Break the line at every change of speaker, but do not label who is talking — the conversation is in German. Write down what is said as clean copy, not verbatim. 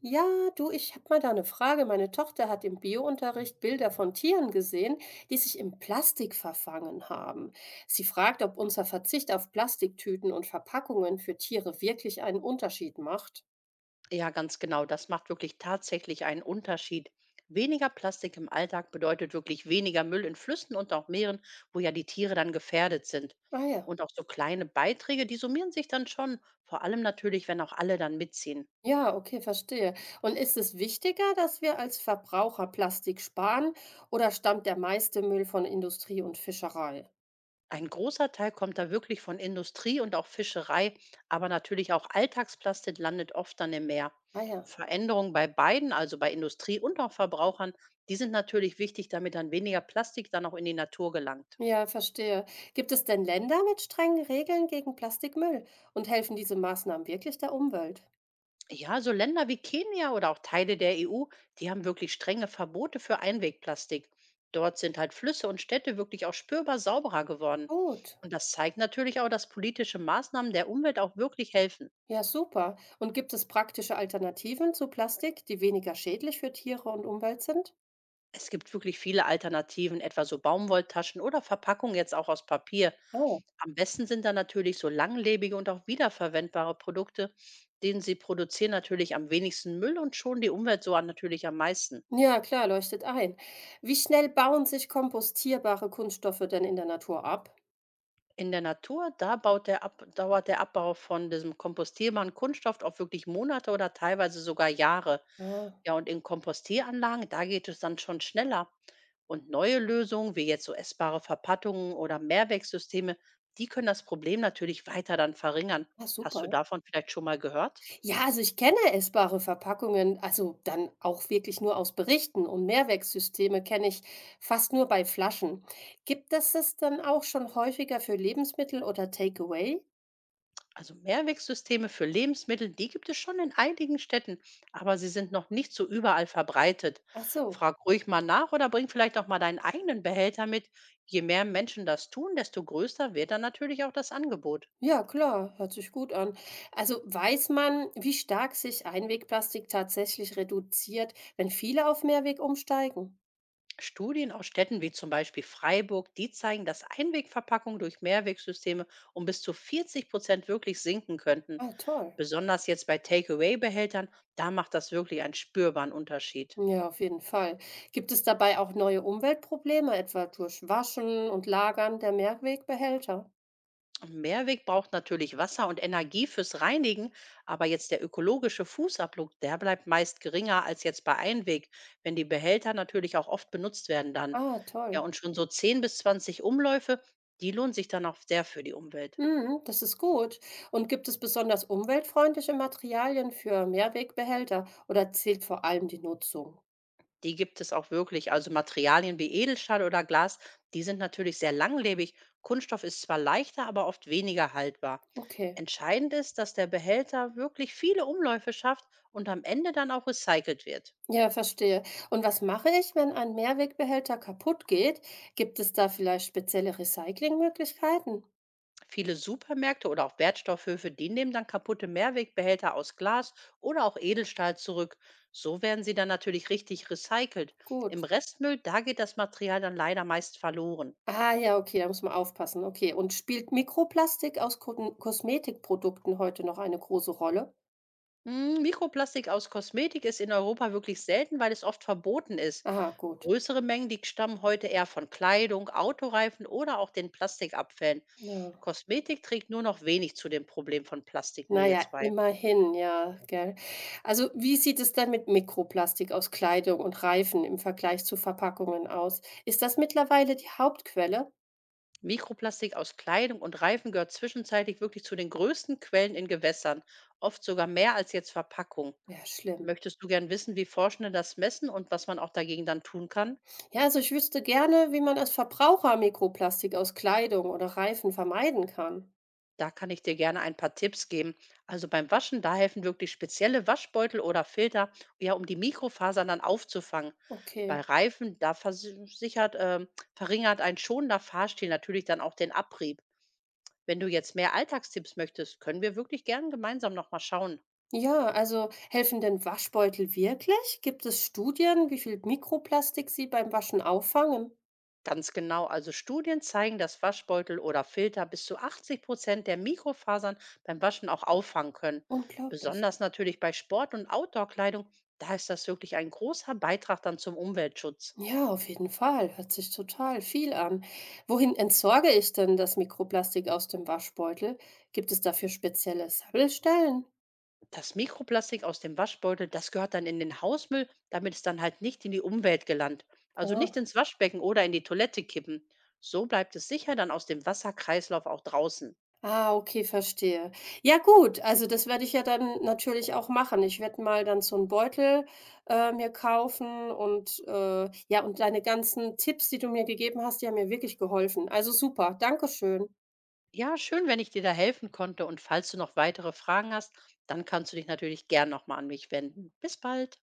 Ja, du, ich habe mal da eine Frage. Meine Tochter hat im Biounterricht Bilder von Tieren gesehen, die sich im Plastik verfangen haben. Sie fragt, ob unser Verzicht auf Plastiktüten und Verpackungen für Tiere wirklich einen Unterschied macht.
Ja, ganz genau. Das macht wirklich tatsächlich einen Unterschied. Weniger Plastik im Alltag bedeutet wirklich weniger Müll in Flüssen und auch Meeren, wo ja die Tiere dann gefährdet sind.
Ah ja.
Und auch so kleine Beiträge, die summieren sich dann schon. Vor allem natürlich, wenn auch alle dann mitziehen.
Ja, okay, verstehe. Und ist es wichtiger, dass wir als Verbraucher Plastik sparen oder stammt der meiste Müll von Industrie und Fischerei?
Ein großer Teil kommt da wirklich von Industrie und auch Fischerei, aber natürlich auch Alltagsplastik landet oft dann im Meer.
Ah ja.
Veränderungen bei beiden, also bei Industrie und auch Verbrauchern, die sind natürlich wichtig, damit dann weniger Plastik dann auch in die Natur gelangt.
Ja, verstehe. Gibt es denn Länder mit strengen Regeln gegen Plastikmüll? Und helfen diese Maßnahmen wirklich der Umwelt?
Ja, so Länder wie Kenia oder auch Teile der EU, die haben wirklich strenge Verbote für Einwegplastik. Dort sind halt Flüsse und Städte wirklich auch spürbar sauberer geworden.
Gut.
Und das zeigt natürlich auch, dass politische Maßnahmen der Umwelt auch wirklich helfen.
Ja, super. Und gibt es praktische Alternativen zu Plastik, die weniger schädlich für Tiere und Umwelt sind?
Es gibt wirklich viele Alternativen, etwa so Baumwolltaschen oder Verpackungen jetzt auch aus Papier.
Oh.
Am besten sind da natürlich so langlebige und auch wiederverwendbare Produkte, denen sie produzieren natürlich am wenigsten Müll und schonen die Umwelt so an natürlich am meisten.
Ja, klar, leuchtet ein. Wie schnell bauen sich kompostierbare Kunststoffe denn in der Natur ab?
In der Natur, da baut der Ab dauert der Abbau von diesem kompostierbaren Kunststoff auch wirklich Monate oder teilweise sogar Jahre.
Ah,
Ja, und in Kompostieranlagen, da geht es dann schon schneller. Und neue Lösungen, wie jetzt so essbare Verpackungen oder Mehrwegsysteme, die können das Problem natürlich weiter dann verringern.
ah,
Hast du
super.
davon vielleicht schon mal gehört?
Ja, also ich kenne essbare Verpackungen, also dann auch wirklich nur aus Berichten, und Mehrwegsysteme kenne ich fast nur bei Flaschen. Gibt es das dann auch schon häufiger für Lebensmittel oder Takeaway?
Also Mehrwegsysteme für Lebensmittel, die gibt es schon in einigen Städten, aber sie sind noch nicht so überall verbreitet.
Ach so.
Frag ruhig mal nach oder bring vielleicht auch mal deinen eigenen Behälter mit. Je mehr Menschen das tun, desto größer wird dann natürlich auch das Angebot.
Ja, klar, hört sich gut an. Also weiß man, wie stark sich Einwegplastik tatsächlich reduziert, wenn viele auf Mehrweg umsteigen?
Studien aus Städten wie zum Beispiel Freiburg, die zeigen, dass Einwegverpackungen durch Mehrwegsysteme um bis zu 40% wirklich sinken könnten.
Ah, toll.
Besonders jetzt bei Takeaway-Behältern, da macht das wirklich einen spürbaren Unterschied.
Ja, auf jeden Fall. Gibt es dabei auch neue Umweltprobleme, etwa durch Waschen und Lagern der Mehrwegbehälter?
Ein Mehrweg braucht natürlich Wasser und Energie fürs Reinigen, aber jetzt der ökologische Fußabdruck, der bleibt meist geringer als jetzt bei Einweg, wenn die Behälter natürlich auch oft benutzt werden dann.
Ah,
Ja,
toll.
und schon so 10 bis 20 Umläufe, die lohnen sich dann auch sehr für die Umwelt.
Mhm, das ist gut. Und gibt es besonders umweltfreundliche Materialien für Mehrwegbehälter oder zählt vor allem die Nutzung?
Die gibt es auch wirklich. Also Materialien wie Edelstahl oder Glas, die sind natürlich sehr langlebig. Kunststoff ist zwar leichter, aber oft weniger haltbar.
Okay.
Entscheidend ist, dass der Behälter wirklich viele Umläufe schafft und am Ende dann auch recycelt wird.
Ja, verstehe. Und was mache ich, wenn ein Mehrwegbehälter kaputt geht? Gibt es da vielleicht spezielle Recyclingmöglichkeiten?
Viele Supermärkte oder auch Wertstoffhöfe, die nehmen dann kaputte Mehrwegbehälter aus Glas oder auch Edelstahl zurück. So werden sie dann natürlich richtig recycelt.
Gut.
Im Restmüll, da geht das Material dann leider meist verloren.
Ah ja, okay, da muss man aufpassen. Okay. Und spielt Mikroplastik aus Ko Kosmetikprodukten heute noch eine große Rolle?
Hm, Mikroplastik aus Kosmetik ist in Europa wirklich selten, weil es oft verboten ist.
Aha, gut.
Größere Mengen, die stammen heute eher von Kleidung, Autoreifen oder auch den Plastikabfällen.
Ja.
Kosmetik trägt nur noch wenig zu dem Problem von Plastikmüll
Na ja,
jetzt bei.
immerhin, ja, gell? Also, wie sieht es denn mit Mikroplastik aus Kleidung und Reifen im Vergleich zu Verpackungen aus? Ist das mittlerweile die Hauptquelle?
Mikroplastik aus Kleidung und Reifen gehört zwischenzeitlich wirklich zu den größten Quellen in Gewässern, oft sogar mehr als jetzt Verpackung.
Ja, schlimm.
Möchtest du gern wissen, wie Forschende das messen und was man auch dagegen dann tun kann?
Ja, also ich wüsste gerne, wie man als Verbraucher Mikroplastik aus Kleidung oder Reifen vermeiden kann.
Da kann ich dir gerne ein paar Tipps geben. Also beim Waschen, da helfen wirklich spezielle Waschbeutel oder Filter, ja, um die Mikrofasern dann aufzufangen. Bei
Okay.
Reifen, da verringert ein schonender Fahrstil natürlich dann auch den Abrieb. Wenn du jetzt mehr Alltagstipps möchtest, können wir wirklich gern gemeinsam nochmal schauen.
Ja, also helfen denn Waschbeutel wirklich? Gibt es Studien, wie viel Mikroplastik sie beim Waschen auffangen?
Ganz genau. Also Studien zeigen, dass Waschbeutel oder Filter bis zu 80% der Mikrofasern beim Waschen auch auffangen können.
Unglaublich.
Besonders natürlich bei Sport- und Outdoor-Kleidung, da ist das wirklich ein großer Beitrag dann zum Umweltschutz.
Ja, auf jeden Fall. Hört sich total viel an. Wohin entsorge ich denn das Mikroplastik aus dem Waschbeutel? Gibt es dafür spezielle Sammelstellen?
Das Mikroplastik aus dem Waschbeutel, das gehört dann in den Hausmüll, damit es dann halt nicht in die Umwelt gelangt. Also nicht
Ah,
ins Waschbecken oder in die Toilette kippen. So bleibt es sicher dann aus dem Wasserkreislauf auch draußen.
ah, okay, verstehe. Ja, gut, also das werde ich ja dann natürlich auch machen. Ich werde mal dann so einen Beutel mir kaufen und ja, und deine ganzen Tipps, die du mir gegeben hast, die haben mir wirklich geholfen. Also super, Dankeschön.
Ja, schön, wenn ich dir da helfen konnte. Und falls du noch weitere Fragen hast, dann kannst du dich natürlich gern nochmal an mich wenden. Bis bald.